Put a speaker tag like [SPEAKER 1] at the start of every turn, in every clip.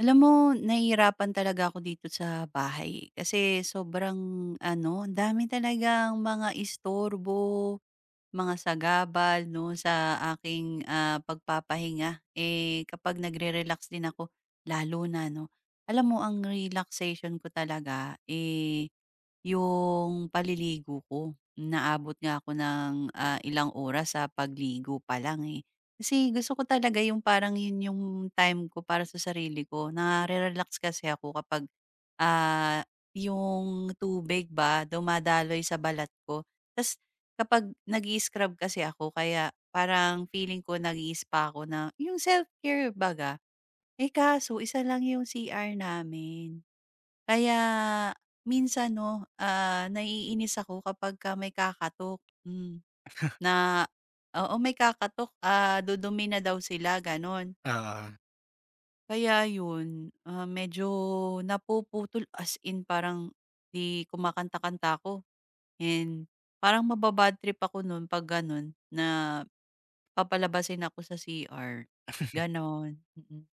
[SPEAKER 1] Alam mo, nahihirapan talaga ako dito sa bahay kasi sobrang ano, ang dami talagang mga istorbo, mga sagabal 'no sa aking, pagpapahinga. Eh, kapag nagre-relax din ako lalo na 'no. Alam mo ang relaxation ko talaga, eh yung paliligo ko. Naabot nga ako ng ilang oras sa pagligo pa lang, eh. Kasi gusto ko talaga yung parang yun yung time ko para sa sarili ko. Nare-relax kasi ako kapag, ah, yung tubig ba dumadaloy sa balat ko. Tas kapag nag scrub kasi ako kaya parang feeling ko nag spa ako na yung self-care baga. Eh, kaso isa lang yung CR namin. Kaya minsan 'no, naiinis ako kapagka may kakatok, hmm, na oo, may kakatok, dudumi na daw sila gano'n.
[SPEAKER 2] Oo,
[SPEAKER 1] Kaya 'yun, medyo napuputol as in parang 'di kumakanta-kanta ako and parang maba-bad trip ako nun 'pag gano'n na papalabasin ako sa CR, gano'n, mm.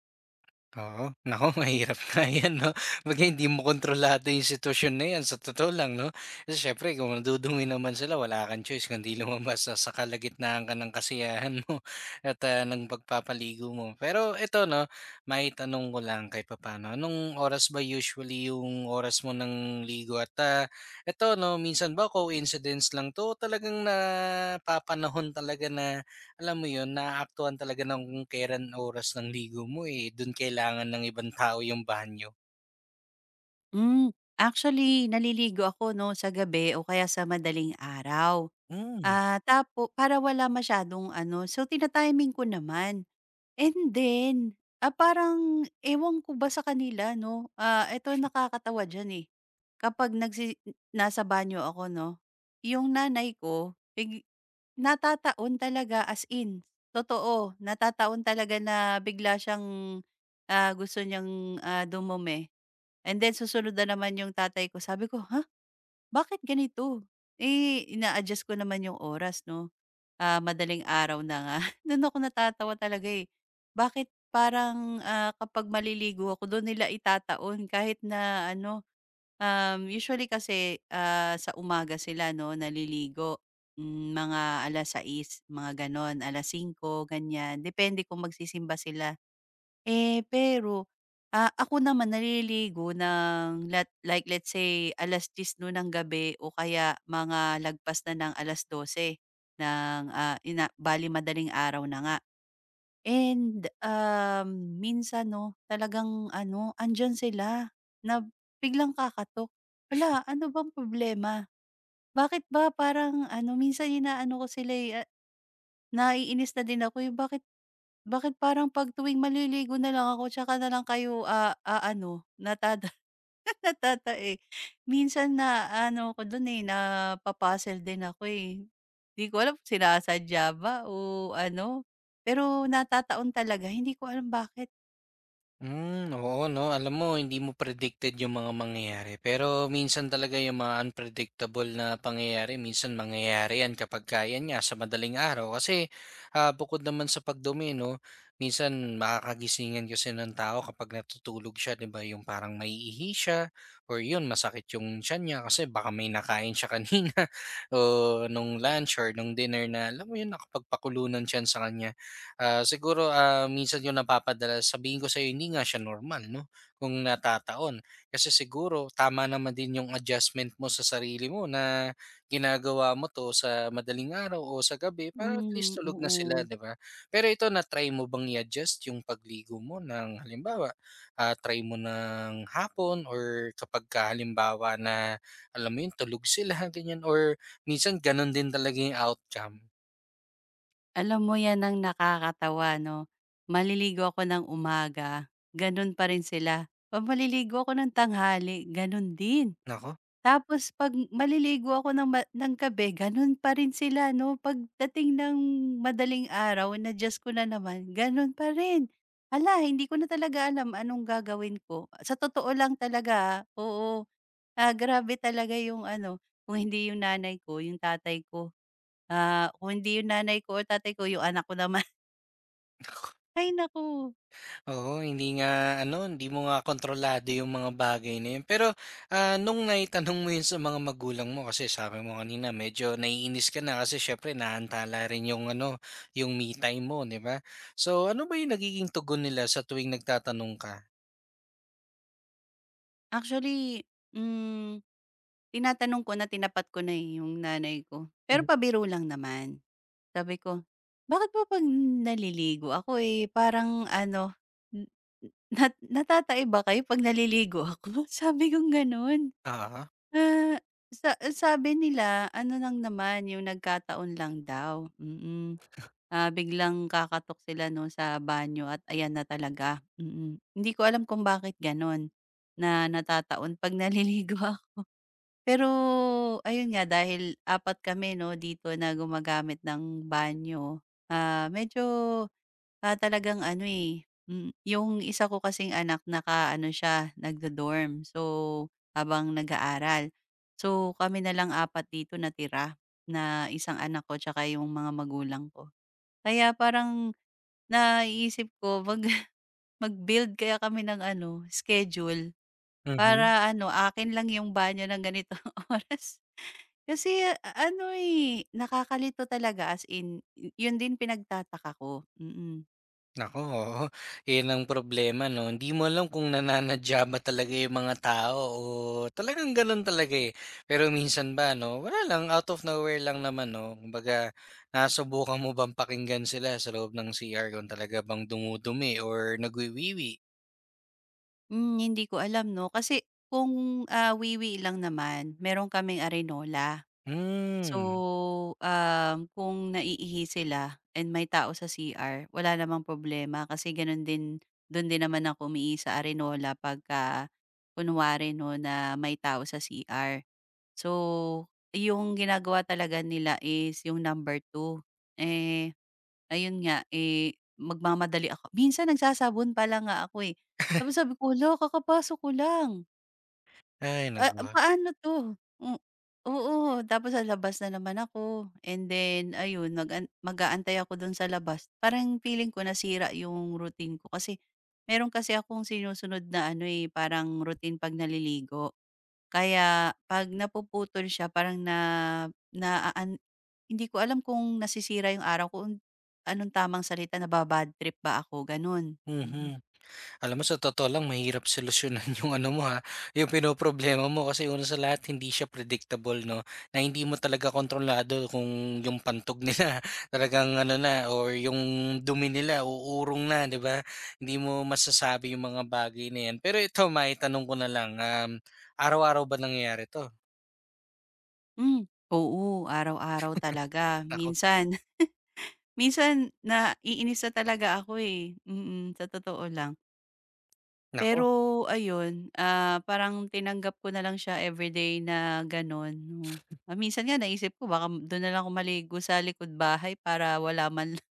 [SPEAKER 2] oo. Naku, mahirap na 'yan 'no, 'pag hindi mo kontrolado yung sitwasyon na 'yan sa totoo lang 'no. Kasi siyempre kung nadudumi naman sila wala kang choice kundi lumabas sa kalagitnaan ka ng kasiyahan mo at, ng pagpapaligo mo. Pero ito 'no, may tanong ko lang kahit papaano, anong oras ba usually yung oras mo ng ligo at, ito 'no, minsan ba coincidence lang 'to o talagang napapanahon talaga na alam mo yun, naaktuhan talaga ng kung kailan oras ng ligo mo, eh, dun kailangan ng ibang tao yung banyo.
[SPEAKER 1] Hmm, actually naliligo ako 'no, sa gabi o kaya sa madaling araw.
[SPEAKER 2] Hmm.
[SPEAKER 1] Tapo para wala masyadong ano, so tina-timing ko naman. And then, parang ewan ko ba sa kanila 'no, ah, eto nakakatawa diyan, eh, kapag nasa banyo ako 'no, yung nanay ko natataon talaga, as in, totoo. Natataon talaga na bigla siyang gusto niyang dumumi and then susunod na naman yung tatay ko. Sabi ko, "Ha? Bakit ganito?" Eh, ina-adjust ko naman yung oras 'no, madaling araw na nga. Do'n ako natatawa talaga, eh. Bakit parang, ah, kapag maliligo ako do'n nila itataon kahit na ano. Usually kasi, ah, sa umaga sila 'no, naliligo. Hmm, mga 6:00, mga gano'n, 5:00 ganyan, depende kung magsisimba sila. Eh, pero, ah, ako naman naliligo ng let's say 10:00 no'n ng gabi o kaya mga lagpas na ng alas 12 ng yun na, madaling araw na nga. And, um, minsan 'no, talagang ano, andiyan sila na biglang kakatok. "Hala, ano bang problema? Bakit ba parang ano?" Minsan inaano ko sila, eh, ah, naiinis na din ako, eh, "Bakit bakit parang 'pag tuwing maliligo na lang ako tsaka na lang kayo, ah, ah, ano natata natatae." Minsan na ano ko dun, eh, napa-puzzle din ako, eh. 'Di ko alam kung sinasadya ba o ano, pero natataon talaga. Hindi ko alam bakit.
[SPEAKER 2] Hmm, oo 'no. Alam mo hindi mo predicted yung mga mangyayari, pero minsan talaga yung mga unpredictable na pangyayari minsan mangyayari yan kapag kaya niya sa madaling araw. Kasi, bukod naman sa pagdumi 'no, minsan makakagisingan kasi ng tao kapag natutulog siya 'di ba, yung parang maiihi siya or yun masakit yung tiyan niya kasi baka may nakain siya kanina o nung lunch or nung dinner na alam mo yun nakapagpakulo ng sa kanya. Siguro, minsan 'yung napapadala sabihin ko sa'yo hindi nga siya normal 'no, kung natataon. Kasi siguro tama naman din 'yung adjustment mo sa sarili mo na ginagawa mo 'to sa madaling araw o sa gabi para at least
[SPEAKER 1] Hmm,
[SPEAKER 2] tulog na sila,
[SPEAKER 1] oo.
[SPEAKER 2] 'di ba? Pero ito na-try mo bang i-adjust 'yung pagligo mo ng halimbawa, try mo ng hapon or kapagka halimbawa na alam mo 'yun tulog sila, ganiyan or minsan gano'n din talaga 'yung outcome?
[SPEAKER 1] Alam mo 'yan ang nakakatawa 'no, maliligo ako ng umaga, gano'n pa rin sila. 'Pag maliligo ako ng tanghali, gano'n din.
[SPEAKER 2] Naku.
[SPEAKER 1] Tapos 'pag maliligo ako ng ng gabi, gano'n pa rin sila 'no. Pagdating ng madaling araw, na-Diyos ko na naman, gano'n pa rin. Hala, hindi ko na talaga alam anong gagawin ko. Sa totoo lang talaga, ah, oo. Ah, grabe talaga yung ano, kung hindi yung nanay ko, yung tatay ko. Ah, kung hindi yung nanay ko or tatay ko, yung anak ko naman. Ay naku,
[SPEAKER 2] Oo, hindi nga ano, hindi mo nga kontrolado yung mga bagay na yun. Pero nung naitanong mo yun sa mga magulang mo kasi sabi mo kanina medyo naiinis ka na kasi syempre naantala rin yung ano, yung me time mo, di ba? So ano ba yung nagiging tugon nila sa tuwing nagtatanong ka?
[SPEAKER 1] actually, hmm, tinatanong ko na tinapat ko na, eh, yung nanay ko. Pero
[SPEAKER 2] Mm.
[SPEAKER 1] pabiro lang naman. Sabi ko, "Bakit ba 'pag naliligo ako, eh, parang ano, n na natatai ba kayo 'pag naliligo ako?" Sabi kong gano'n.
[SPEAKER 2] Oo.
[SPEAKER 1] Ah, sa sabi nila ano lang naman, yung nagkataon lang daw, mm. Ah, biglang kakatok sila 'no sa banyo at ayan na talaga, mm, mm. Hindi ko alam kung bakit gano'n na natataon 'pag naliligo ako. Pero ayun nga dahil apat kami 'no dito na gumagamit ng banyo, ah, medyo, ah, talagang ano, eh, hmm, yung isa ko kasing anak naka-ano siya, nagdo-dorm. So, habang nag-aaral. So, kami na lang apat dito natira na isang anak ko 'tsaka yung mga magulang ko. Kaya parang naiisip ko mag mag-build kaya kami ng ano, schedule
[SPEAKER 2] Mm-hmm.
[SPEAKER 1] para ano, akin lang yung banyo ng ganitong oras. Kasi ano, eh, nakakalito talaga as in yun din pinagtataka ko. Mm-mm, mm.
[SPEAKER 2] Nako, oo. Yun ang problema 'no, hindi mo alam kung nananadya ba talaga yung mga tao o talagang gano'n talaga, eh. Pero minsan ba 'no, wala lang, out of nowhere lang naman 'no. Kumbaga, nasubukan mo bang pakinggan sila sa loob ng CR kung talaga bang dumudumi or nagwiwiwi?
[SPEAKER 1] Hmm, hindi ko alam 'no, kasi kung, ah, wiwi lang naman meron kaming arenola. So,
[SPEAKER 2] Hmm.
[SPEAKER 1] um, kung naiihi sila and may tao sa CR, wala namang problema kasi gano'n din do'n din naman ako umiihi sa Arenola pagka kunwari 'no, na may tao sa CR. So, yung ginagawa talaga nila is yung number 2. Eh, ayun nga, eh, magmamadali ako. Minsan nagsasabon pa lang nga ako, eh. Tapos sabi ko, "Hala, kakapasok ko lang."
[SPEAKER 2] Ay
[SPEAKER 1] Ah,
[SPEAKER 2] naku.
[SPEAKER 1] paano 'to? Hmm, oo, tapos sa labas na naman ako and then ayun mag-aantay ako dun sa labas. Parang feeling ko nasira yung routine ko kasi meron kasi akong sinusunod na ano, eh, parang routine 'pag naliligo. Kaya 'pag napuputol siya parang na naaan hindi ko alam kung nasisira yung araw ko, anong tamang salita, naba-bad trip ba ako, ganun. Mm.
[SPEAKER 2] Mhm. Alam mo sa totoo lang mahirap solusyonan yung ano mo ha, yung pinoproblema mo kasi una sa lahat hindi siya predictable 'no, na hindi mo talaga kontrolado kung yung pantog nila talagang ano na or yung dumi nila uurong na 'di ba? Hindi mo masasabi yung mga bagay na 'yan. Pero ito may maitanong ko na lang, araw-araw ba nangyayari 'to?
[SPEAKER 1] Hmm, oo, araw-araw talaga
[SPEAKER 2] Naku
[SPEAKER 1] minsan. Minsan naiinis na talaga ako, eh, mm, sa totoo lang.
[SPEAKER 2] naku,
[SPEAKER 1] Pero ayun, ah, parang tinanggap ko na lang siya everyday na gano'n, 'no. Ah, minsan nga naisip ko baka do'n na lang ako maligo sa likod-bahay para wala man lang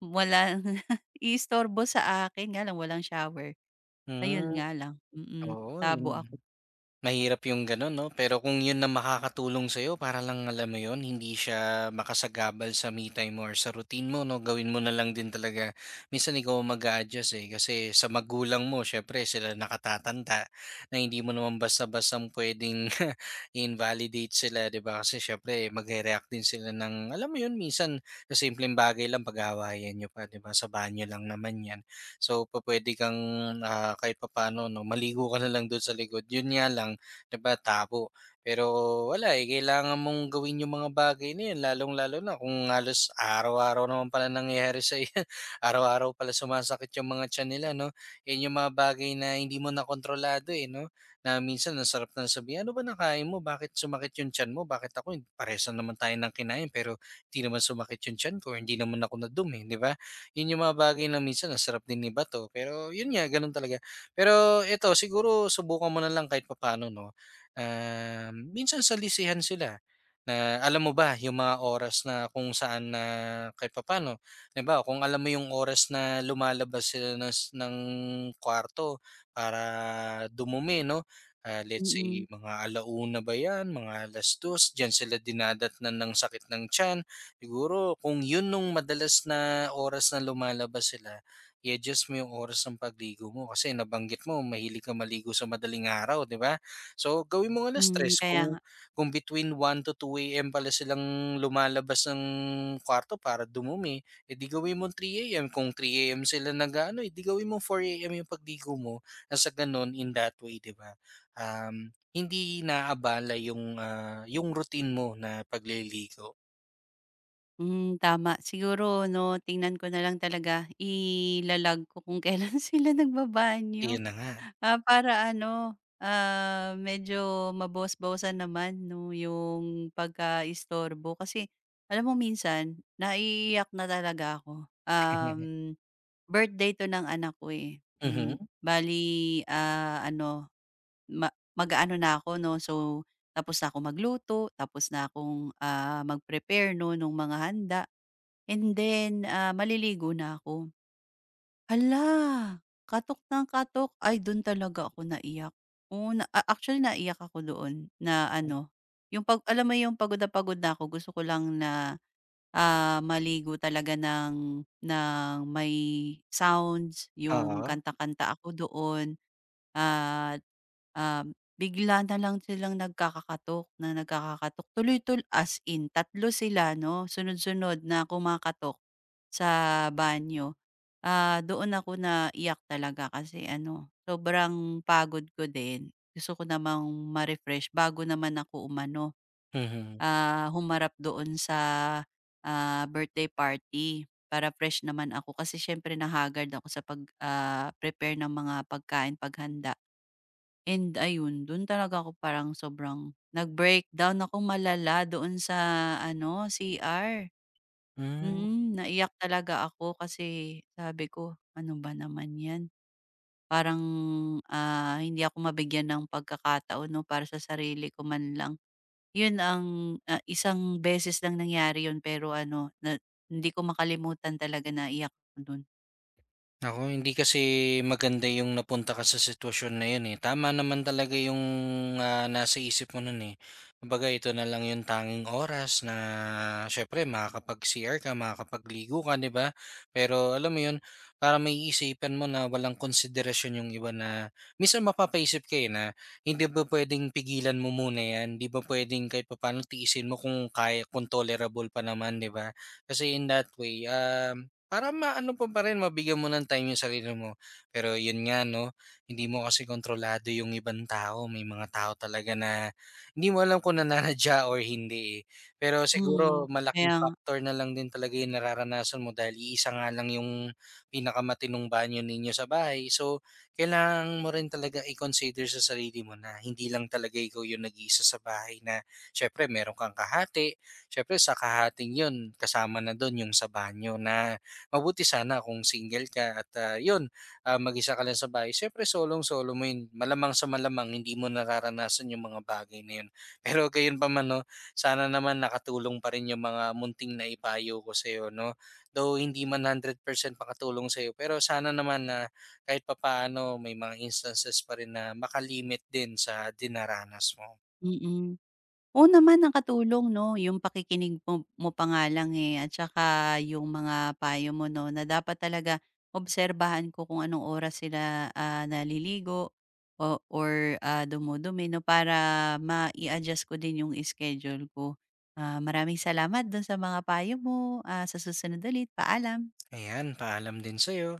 [SPEAKER 1] wala iistorbo sa akin, nga lang walang shower. Ayun
[SPEAKER 2] hmm,
[SPEAKER 1] nga lang, mm,
[SPEAKER 2] oo
[SPEAKER 1] tabo ako.
[SPEAKER 2] yun. Mahirap yung gano'n 'no, pero kung yun na makakatulong sa'yo para lang alam mo yun, hindi siya makasagabal sa me time mo or sa routine mo 'no, gawin mo na lang din talaga. Minsan ikaw ang mag adjust eh, kasi sa magulang mo siyempre sila nakatatanda na hindi mo naman basta-bastang puwedeng invalidate sila 'di ba, kasi siyempre magre-react din sila ng alam mo yun minsan sa simpleng bagay lang pag-aawayan niyo pa 'di ba, sa banyo lang naman 'yan. So, pwede kang, kahit papaano 'no, maligo ka na lang do'n sa likod. 'Yun nga lang, 'di ba, tabo. Pero wala, eh, kailangan mong gawin 'yung mga bagay na 'yun lalong-lalo na kung halos araw-araw naman pala nangyayari sa'yo 'yan. Araw-araw pala sumasakit 'yung mga tiyan nila 'no. 'Yun 'yung mga bagay na hindi mo na kontrolado, eh, 'no, na minsan ang sarap na sabihin, "Ano ba nakain mo? Bakit sumakit 'yung tiyan mo? Bakit ako parehas lang naman tayo ng kinain pero 'di naman sumakit 'yung tiyan ko, hindi naman ako nadumi," 'di ba? Yun yung mga bagay na minsan ang sarap din ni bato pero yun nga ganun talaga. Pero eto siguro subukan mo na lang kahit papaano 'no, minsan salisihan sila na alam mo ba yung mga oras na kung saan na kahit papaano, halimbawa kung alam mo yung oras na lumalabas sila ng kwarto para dumumi 'no, let's
[SPEAKER 1] Mm,
[SPEAKER 2] say mga alauna ba 'yan, mga 2:00 diyan sila dinadatnan ng sakit ng tiyan. Siguro kung yun nung madalas na oras na lumalabas sila, i-adjust mo yung oras ng pagligo mo kasi nabanggit mo mahilig ka maligo sa madaling araw, 'di ba? So gawin mo alas
[SPEAKER 1] hmm,
[SPEAKER 2] stress
[SPEAKER 1] kaya
[SPEAKER 2] kung
[SPEAKER 1] nga.
[SPEAKER 2] kung between 1 to 2 AM pala silang lumalabas ng kwarto para dumumi, eh di gawin mong 3 AM. Kung 3 AM sila nag-aano, eh di gawin mong 4 AM yung pagligo mo. Nang sa ganun in that way, 'di ba? Hindi naabala yung yung routine mo na pagliligo.
[SPEAKER 1] Hmm, tama. Siguro 'no, tingnan ko na lang talaga, ilalag ko kung kailan sila nagbabanyo.
[SPEAKER 2] Iyon na nga.
[SPEAKER 1] Ah, para ano, ah, medyo mabawas-bawasan naman 'no, yung pagkaistorbo. Kasi alam mo minsan naiiyak na talaga ako. Um, birthday 'to ng anak ko, eh. Hmm,
[SPEAKER 2] Mhm.
[SPEAKER 1] bale, ah, ano ma mag-aano na ako 'no, so tapos na ako magluto, tapos na akong, ah, mag-prepare 'no, nung mga handa and then, ah, maliligo na ako. Hala, katok ng katok. Ay dun talaga ako naiyak. Oo, na a actually naiyak ako doon na ano, yung pag alam mo yung pagod na ako gusto ko lang na, ah, maligo talaga ng may sounds, yung
[SPEAKER 2] Oo.
[SPEAKER 1] kanta-kanta ako doon at, um, bigla na lang silang nagkakakatok na nagkakakatok. As in, tatlo sila 'no, sunod-sunod na kumakatok sa banyo. Ah, doon ako naiyak talaga kasi ano, sobrang pagod ko din. Gusto ko namang ma-refresh bago naman ako umano,
[SPEAKER 2] Mhm.
[SPEAKER 1] ah, humarap doon sa, ah, birthday party para fresh naman ako kasi siyempre nahagard ako sa pag, ah, prepare ng mga pagkain, paghanda. And ayun, do'n talaga ako parang sobrang nag-breakdown ako malala doon sa ano, CR.
[SPEAKER 2] Hmm.
[SPEAKER 1] Mm, naiyak talaga ako kasi sabi ko, "Ano ba naman 'yan?" Parang, ah, hindi ako mabigyan ng pagkakataon 'no, para sa sarili ko man lang. 'Yun ang, ah, isang beses lang nangyari 'yun pero ano, na hindi ko makalimutan talaga na naiyak ko dun.
[SPEAKER 2] Naku, hindi kasi maganda yung napunta ka sa sitwasyon na yun, eh. Tama naman talaga yung, nasa isip mo nun, eh. Kumbaga ito na lang yung tanging oras na siyempre makakapag-CR ka, makakapagligo ka, 'di ba? Pero alam mo yun, para may isipan mo na walang konsiderasyon yung iba na minsan mapapaisip ka, eh, na hindi ba puwedeng pigilan mo muna 'yan? 'Di ba puwedeng kahit papaano tiisin mo kung kaya kung tolerable pa naman, 'di ba? Kasi in that way, para maano mo pa rin, mabigyan mo ng time yung sarili mo. Pero yun nga 'no, hindi mo kasi kontrolado yung ibang tao. May mga tao talaga na hindi mo alam kung nananadya or hindi, eh. Pero
[SPEAKER 1] Hmm,
[SPEAKER 2] siguro
[SPEAKER 1] kaya
[SPEAKER 2] malaking
[SPEAKER 1] nga,
[SPEAKER 2] factor na lang din talaga yung nararanasan mo dahil iisa nga lang yung pinakamatinong banyo ninyo sa bahay. So, kailangan mo rin talaga i-consider sa sarili mo na hindi lang talaga ikaw yung nag-iisa sa bahay na siyempre meron kang kahati. Siyempre sa kahating yun kasama na dun yung sa banyo na mabuti sana kung single ka at, 'yun, mag-isa ka lang sa bahay. Siyempre solong-solo mo 'yun, malamang sa malamang hindi mo nakaranasan yung mga bagay na 'yun. Pero gayunpaman 'no, sana naman nakatulong pa rin yung mga munting naipayo ko sa'yo 'no. Though hindi man 100% makatulong sa'yo, pero sana naman na kahit papaano may mga instances pa rin na makalimit din sa dinaranas mo.
[SPEAKER 1] mm. Oo naman, nakatulong 'no, yung pakikinig mo mo pa nga lang, eh, at saka yung mga payo mo 'no, na dapat talaga obserbahan ko kung anong oras sila, ah, naliligo or, ah, dumudumi 'no, para ma adjust ko din yung schedule ko. Ah, maraming salamat dun sa mga payo mo, ah, sa susunod ulit, paalam.
[SPEAKER 2] Ayan, paalam din sa'yo.